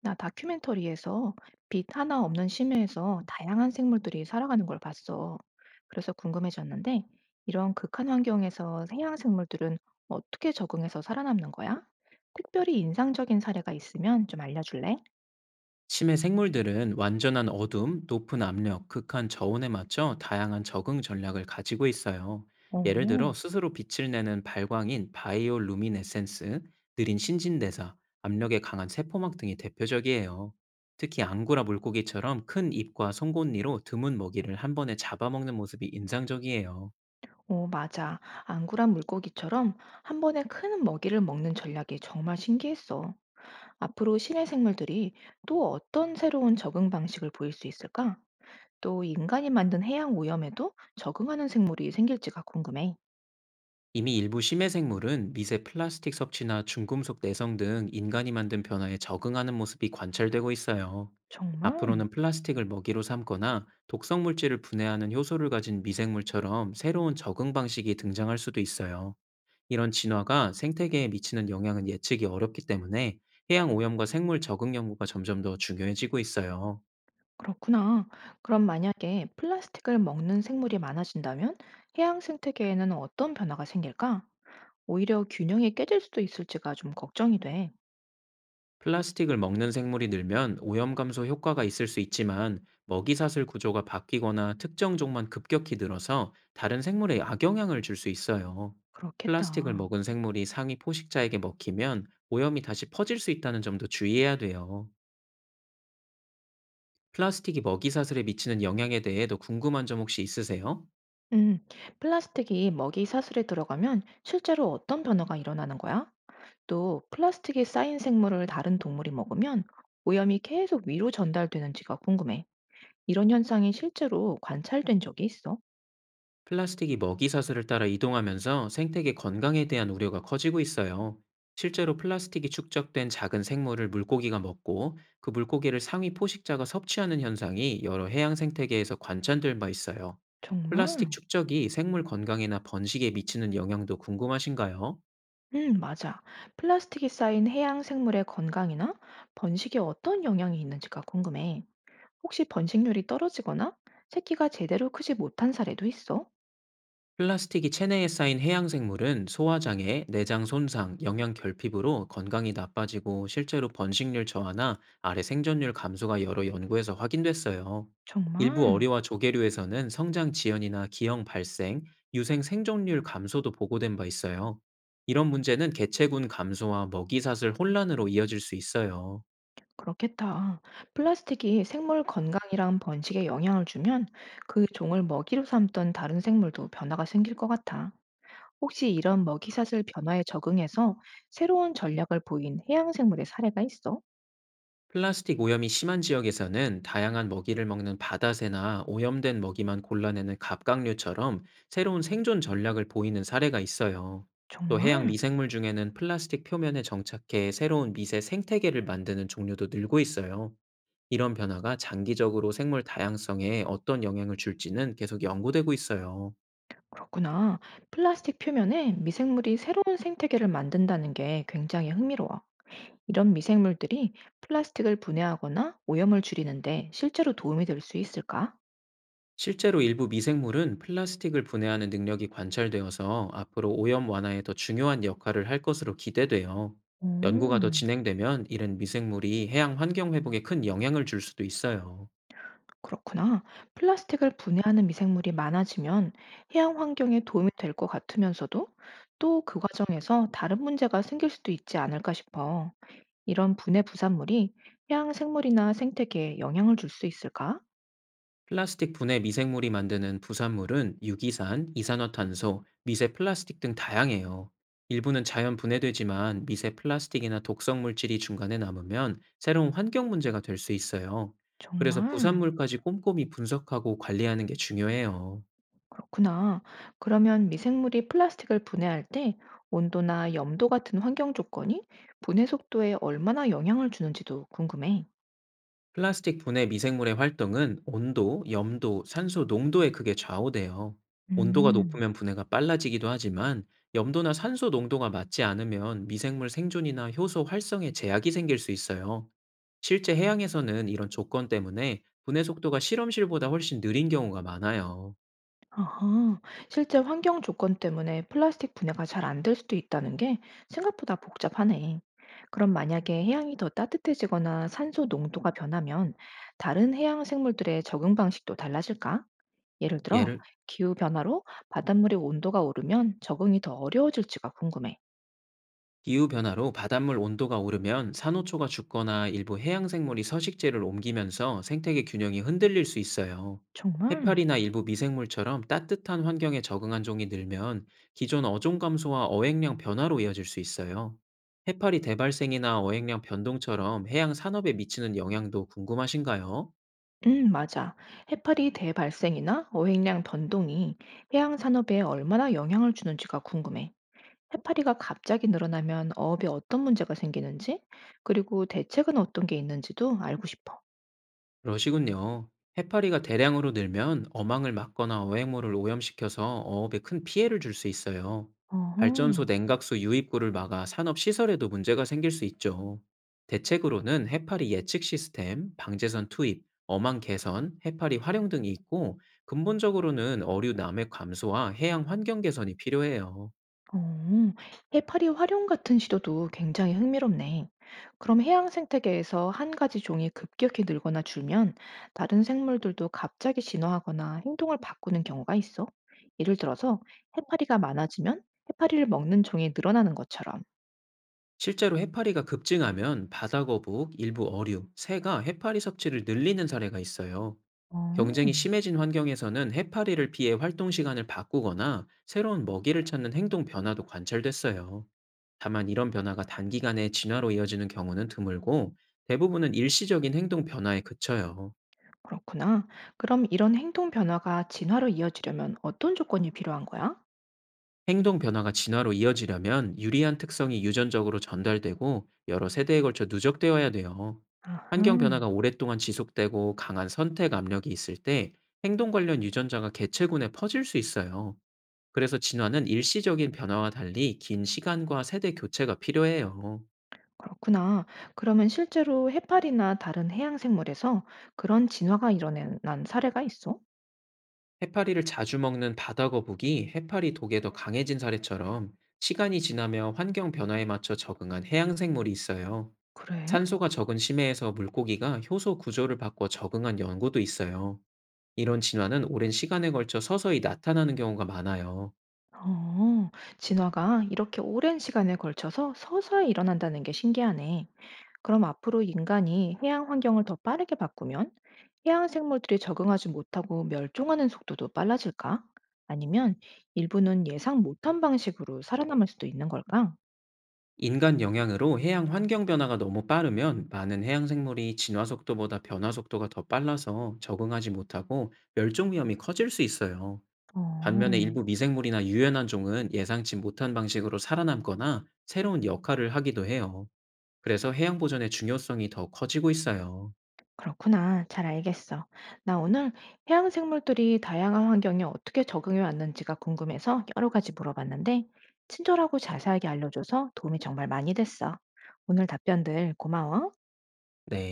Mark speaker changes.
Speaker 1: 나 다큐멘터리에서 빛 하나 없는 심해에서 다양한 생물들이 살아가는 걸 봤어. 그래서 궁금해졌는데, 이런 극한 환경에서 해양 생물들은 어떻게 적응해서 살아남는 거야? 특별히 인상적인 사례가 있으면 좀 알려줄래?
Speaker 2: 심해 생물들은 완전한 어둠, 높은 압력, 극한 저온에 맞춰 다양한 적응 전략을 가지고 있어요. 예를
Speaker 1: 어,
Speaker 2: 들어 스스로 빛을 내는 발광인 바이올루미네센스, 느린 신진대사, 압력에 강한 세포막 등이 대표적이에요. 특히 앙구라 물고기처럼 큰 입과 송곳니로 드문 먹이를 한 번에 잡아먹는 모습이 인상적이에요.
Speaker 1: 오, 맞아. 앙구란 물고기처럼 한 번에 큰 먹이를 먹는 전략이 정말 신기했어. 앞으로 심해 생물들이 또 어떤 새로운 적응 방식을 보일 수 있을까? 또 인간이 만든 해양 오염에도 적응하는 생물이 생길지가 궁금해.
Speaker 2: 이미 일부 심해 생물은 미세 플라스틱 섭취나 중금속 내성 등 인간이 만든 변화에 적응하는 모습이 관찰되고 있어요.
Speaker 1: 정말?
Speaker 2: 앞으로는 플라스틱을 먹이로 삼거나 독성 물질을 분해하는 효소를 가진 미생물처럼 새로운 적응 방식이 등장할 수도 있어요. 이런 진화가 생태계에 미치는 영향은 예측이 어렵기 때문에 해양 오염과 생물 적응 연구가 점점 더 중요해지고 있어요.
Speaker 1: 그렇구나. 그럼 만약에 플라스틱을 먹는 생물이 많아진다면 해양 생태계에는 어떤 변화가 생길까? 오히려 균형이 깨질 수도 있을지가 좀 걱정이 돼.
Speaker 2: 플라스틱을 먹는 생물이 늘면 오염 감소 효과가 있을 수 있지만, 먹이사슬 구조가 바뀌거나 특정 종만 급격히 늘어서 다른 생물에 악영향을 줄 수 있어요. 플라스틱을
Speaker 1: 그렇겠다.
Speaker 2: 먹은 생물이 상위 포식자에게 먹히면 오염이 다시 퍼질 수 있다는 점도 주의해야 돼요. 플라스틱이 먹이사슬에 미치는 영향에 대해 더 궁금한 점 혹시 있으세요?
Speaker 1: 음, 플라스틱이 먹이 사슬에 들어가면 실제로 어떤 변화가 일어나는 거야? 또 플라스틱이 쌓인 생물을 다른 동물이 먹으면 오염이 계속 위로 전달되는지가 궁금해. 이런 현상이 실제로 관찰된 적이 있어?
Speaker 2: 플라스틱이 먹이 사슬을 따라 이동하면서 생태계 건강에 대한 우려가 커지고 있어요. 실제로 플라스틱이 축적된 작은 생물을 물고기가 먹고, 그 물고기를 상위 포식자가 섭취하는 현상이 여러 해양 생태계에서 관찰될 바 있어요.
Speaker 1: 정말?
Speaker 2: 플라스틱 축적이 생물 건강이나 번식에 미치는 영향도 궁금하신가요?
Speaker 1: 응, 맞아. 플라스틱이 쌓인 해양 생물의 건강이나 번식에 어떤 영향이 있는지가 궁금해. 혹시 번식률이 떨어지거나 새끼가 제대로 크지 못한 사례도 있어?
Speaker 2: 플라스틱이 체내에 쌓인 해양생물은 소화장애, 내장 손상, 영양 결핍으로 건강이 나빠지고, 실제로 번식률 저하나 아래 생존율 감소가 여러 연구에서 확인됐어요. 일부
Speaker 1: 정말?
Speaker 2: 어류와 조개류에서는 성장 지연이나 기형 발생, 유생 생존율 감소도 보고된 바 있어요. 이런 문제는 개체군 감소와 먹이사슬 혼란으로 이어질 수 있어요.
Speaker 1: 그렇겠다. 플라스틱이 생물 건강이랑 번식에 영향을 주면 그 종을 먹이로 삼던 다른 생물도 변화가 생길 것 같아. 혹시 이런 먹이사슬 변화에 적응해서 새로운 전략을 보인 해양 생물의 사례가 있어?
Speaker 2: 플라스틱 오염이 심한 지역에서는 다양한 먹이를 먹는 바다새나 오염된 먹이만 골라내는 갑각류처럼 새로운 생존 전략을 보이는 사례가 있어요. 또 해양
Speaker 1: 정말?
Speaker 2: 미생물 중에는 플라스틱 표면에 정착해 새로운 미세 생태계를 만드는 종류도 늘고 있어요. 이런 변화가 장기적으로 생물 다양성에 어떤 영향을 줄지는 계속 연구되고 있어요.
Speaker 1: 그렇구나. 플라스틱 표면에 미생물이 새로운 생태계를 만든다는 게 굉장히 흥미로워. 이런 미생물들이 플라스틱을 분해하거나 오염을 줄이는데 실제로 도움이 될 수 있을까?
Speaker 2: 실제로 일부 미생물은 플라스틱을 분해하는 능력이 관찰되어서 앞으로 오염 완화에 더 중요한 역할을 할 것으로 기대돼요. 연구가 더
Speaker 1: 음,
Speaker 2: 진행되면 이런 미생물이 해양 환경 회복에 큰 영향을 줄 수도 있어요.
Speaker 1: 그렇구나. 플라스틱을 분해하는 미생물이 많아지면 해양 환경에 도움이 될 것 같으면서도 또 그 과정에서 다른 문제가 생길 수도 있지 않을까 싶어. 이런 분해 부산물이 해양 생물이나 생태계에 영향을 줄 수 있을까?
Speaker 2: 플라스틱 분해 미생물이 만드는 부산물은 유기산, 이산화탄소, 미세 플라스틱 등 다양해요. 일부는 자연 분해되지만 미세 플라스틱이나 독성 물질이 중간에 남으면 새로운 환경 문제가 될 수 있어요. 그래서
Speaker 1: 정말?
Speaker 2: 부산물까지 꼼꼼히 분석하고 관리하는 게 중요해요.
Speaker 1: 그렇구나. 그러면 미생물이 플라스틱을 분해할 때 온도나 염도 같은 환경 조건이 분해 속도에 얼마나 영향을 주는지도 궁금해.
Speaker 2: 플라스틱 분해 미생물의 활동은 온도, 염도, 산소 농도에 크게 좌우돼요. 온도가
Speaker 1: 음,
Speaker 2: 높으면 분해가 빨라지기도 하지만, 염도나 산소 농도가 맞지 않으면 미생물 생존이나 효소 활성에 제약이 생길 수 있어요. 실제 해양에서는 이런 조건 때문에 분해 속도가 실험실보다 훨씬 느린 경우가 많아요.
Speaker 1: 아하, 실제 환경 조건 때문에 플라스틱 분해가 잘 안 될 수도 있다는 게 생각보다 복잡하네. 그럼 만약에 해양이 더 따뜻해지거나 산소 농도가 변하면 다른 해양 생물들의 적응 방식도 달라질까? 예를 들어,
Speaker 2: 예를
Speaker 1: 기후 변화로 바닷물의 온도가 오르면 적응이 더 어려워질지가 궁금해.
Speaker 2: 기후변화로 바닷물 온도가 오르면 산호초가 죽거나 일부 해양생물이 서식지를 옮기면서 생태계 균형이 흔들릴 수 있어요.
Speaker 1: 정말?
Speaker 2: 해파리나 일부 미생물처럼 따뜻한 환경에 적응한 종이 늘면 기존 어종 감소와 어획량 변화로 이어질 수 있어요. 해파리 대발생이나 어획량 변동처럼 해양 산업에 미치는 영향도 궁금하신가요?
Speaker 1: 맞아. 해파리 대발생이나 어획량 변동이 해양 산업에 얼마나 영향을 주는지가 궁금해. 해파리가 갑자기 늘어나면 어업에 어떤 문제가 생기는지, 그리고 대책은 어떤 게 있는지도 알고 싶어.
Speaker 2: 그러시군요. 해파리가 대량으로 늘면 어망을 막거나 어획물을 오염시켜서 어업에 큰 피해를 줄 수 있어요.
Speaker 1: 어허.
Speaker 2: 발전소 냉각수 유입구를 막아 산업 시설에도 문제가 생길 수 있죠. 대책으로는 해파리 예측 시스템, 방제선 투입, 어망 개선, 해파리 활용 등이 있고, 근본적으로는 어류 남획 감소와 해양 환경 개선이 필요해요.
Speaker 1: 어, 해파리 활용 같은 시도도 굉장히 흥미롭네. 그럼 해양 생태계에서 한 가지 종이 급격히 늘거나 줄면 다른 생물들도 갑자기 진화하거나 행동을 바꾸는 경우가 있어. 예를 들어서 해파리가 많아지면 해파리를 먹는 종이 늘어나는 것처럼.
Speaker 2: 실제로 해파리가 급증하면 바다거북, 일부 어류, 새가 해파리 섭취를 늘리는 사례가 있어요.
Speaker 1: 어,
Speaker 2: 경쟁이 심해진 환경에서는 해파리를 피해 활동 시간을 바꾸거나 새로운 먹이를 찾는 행동 변화도 관찰됐어요. 다만 이런 변화가 단기간에 진화로 이어지는 경우는 드물고, 대부분은 일시적인 행동 변화에 그쳐요.
Speaker 1: 그렇구나. 그럼 이런 행동 변화가 진화로 이어지려면 어떤 조건이 필요한 거야?
Speaker 2: 행동 변화가 진화로 이어지려면 유리한 특성이 유전적으로 전달되고 여러 세대에 걸쳐 누적되어야 돼요. 환경
Speaker 1: 아하.
Speaker 2: 변화가 오랫동안 지속되고 강한 선택 압력이 있을 때 행동 관련 유전자가 개체군에 퍼질 수 있어요. 그래서 진화는 일시적인 변화와 달리 긴 시간과 세대 교체가 필요해요.
Speaker 1: 그렇구나. 그러면 실제로 해파리나 다른 해양 생물에서 그런 진화가 일어난 사례가 있어?
Speaker 2: 해파리를 자주 먹는 바다거북이 해파리 독에 더 강해진 사례처럼, 시간이 지나며 환경 변화에 맞춰 적응한 해양생물이 있어요.
Speaker 1: 그래?
Speaker 2: 산소가 적은 심해에서 물고기가 효소 구조를 바꿔 적응한 연구도 있어요. 이런 진화는 오랜 시간에 걸쳐 서서히 나타나는 경우가 많아요.
Speaker 1: 어, 진화가 이렇게 오랜 시간에 걸쳐서 서서히 일어난다는 게 신기하네. 그럼 앞으로 인간이 해양 환경을 더 빠르게 바꾸면 해양 생물들이 적응하지 못하고 멸종하는 속도도 빨라질까? 아니면 일부는 예상 못한 방식으로 살아남을 수도 있는 걸까?
Speaker 2: 인간 영향으로 해양 환경 변화가 너무 빠르면 많은 해양 생물이 진화 속도보다 변화 속도가 더 빨라서 적응하지 못하고 멸종 위험이 커질 수 있어요. 반면에
Speaker 1: 어.
Speaker 2: 일부 미생물이나 유연한 종은 예상치 못한 방식으로 살아남거나 새로운 역할을 하기도 해요. 그래서 해양 보존의 중요성이 더 커지고 있어요.
Speaker 1: 그렇구나. 잘 알겠어. 나 오늘 해양 생물들이 다양한 환경에 어떻게 적응해 왔는지가 궁금해서 여러 가지 물어봤는데, 친절하고 자세하게 알려줘서 도움이 정말 많이 됐어. 오늘 답변들 고마워.
Speaker 2: 네.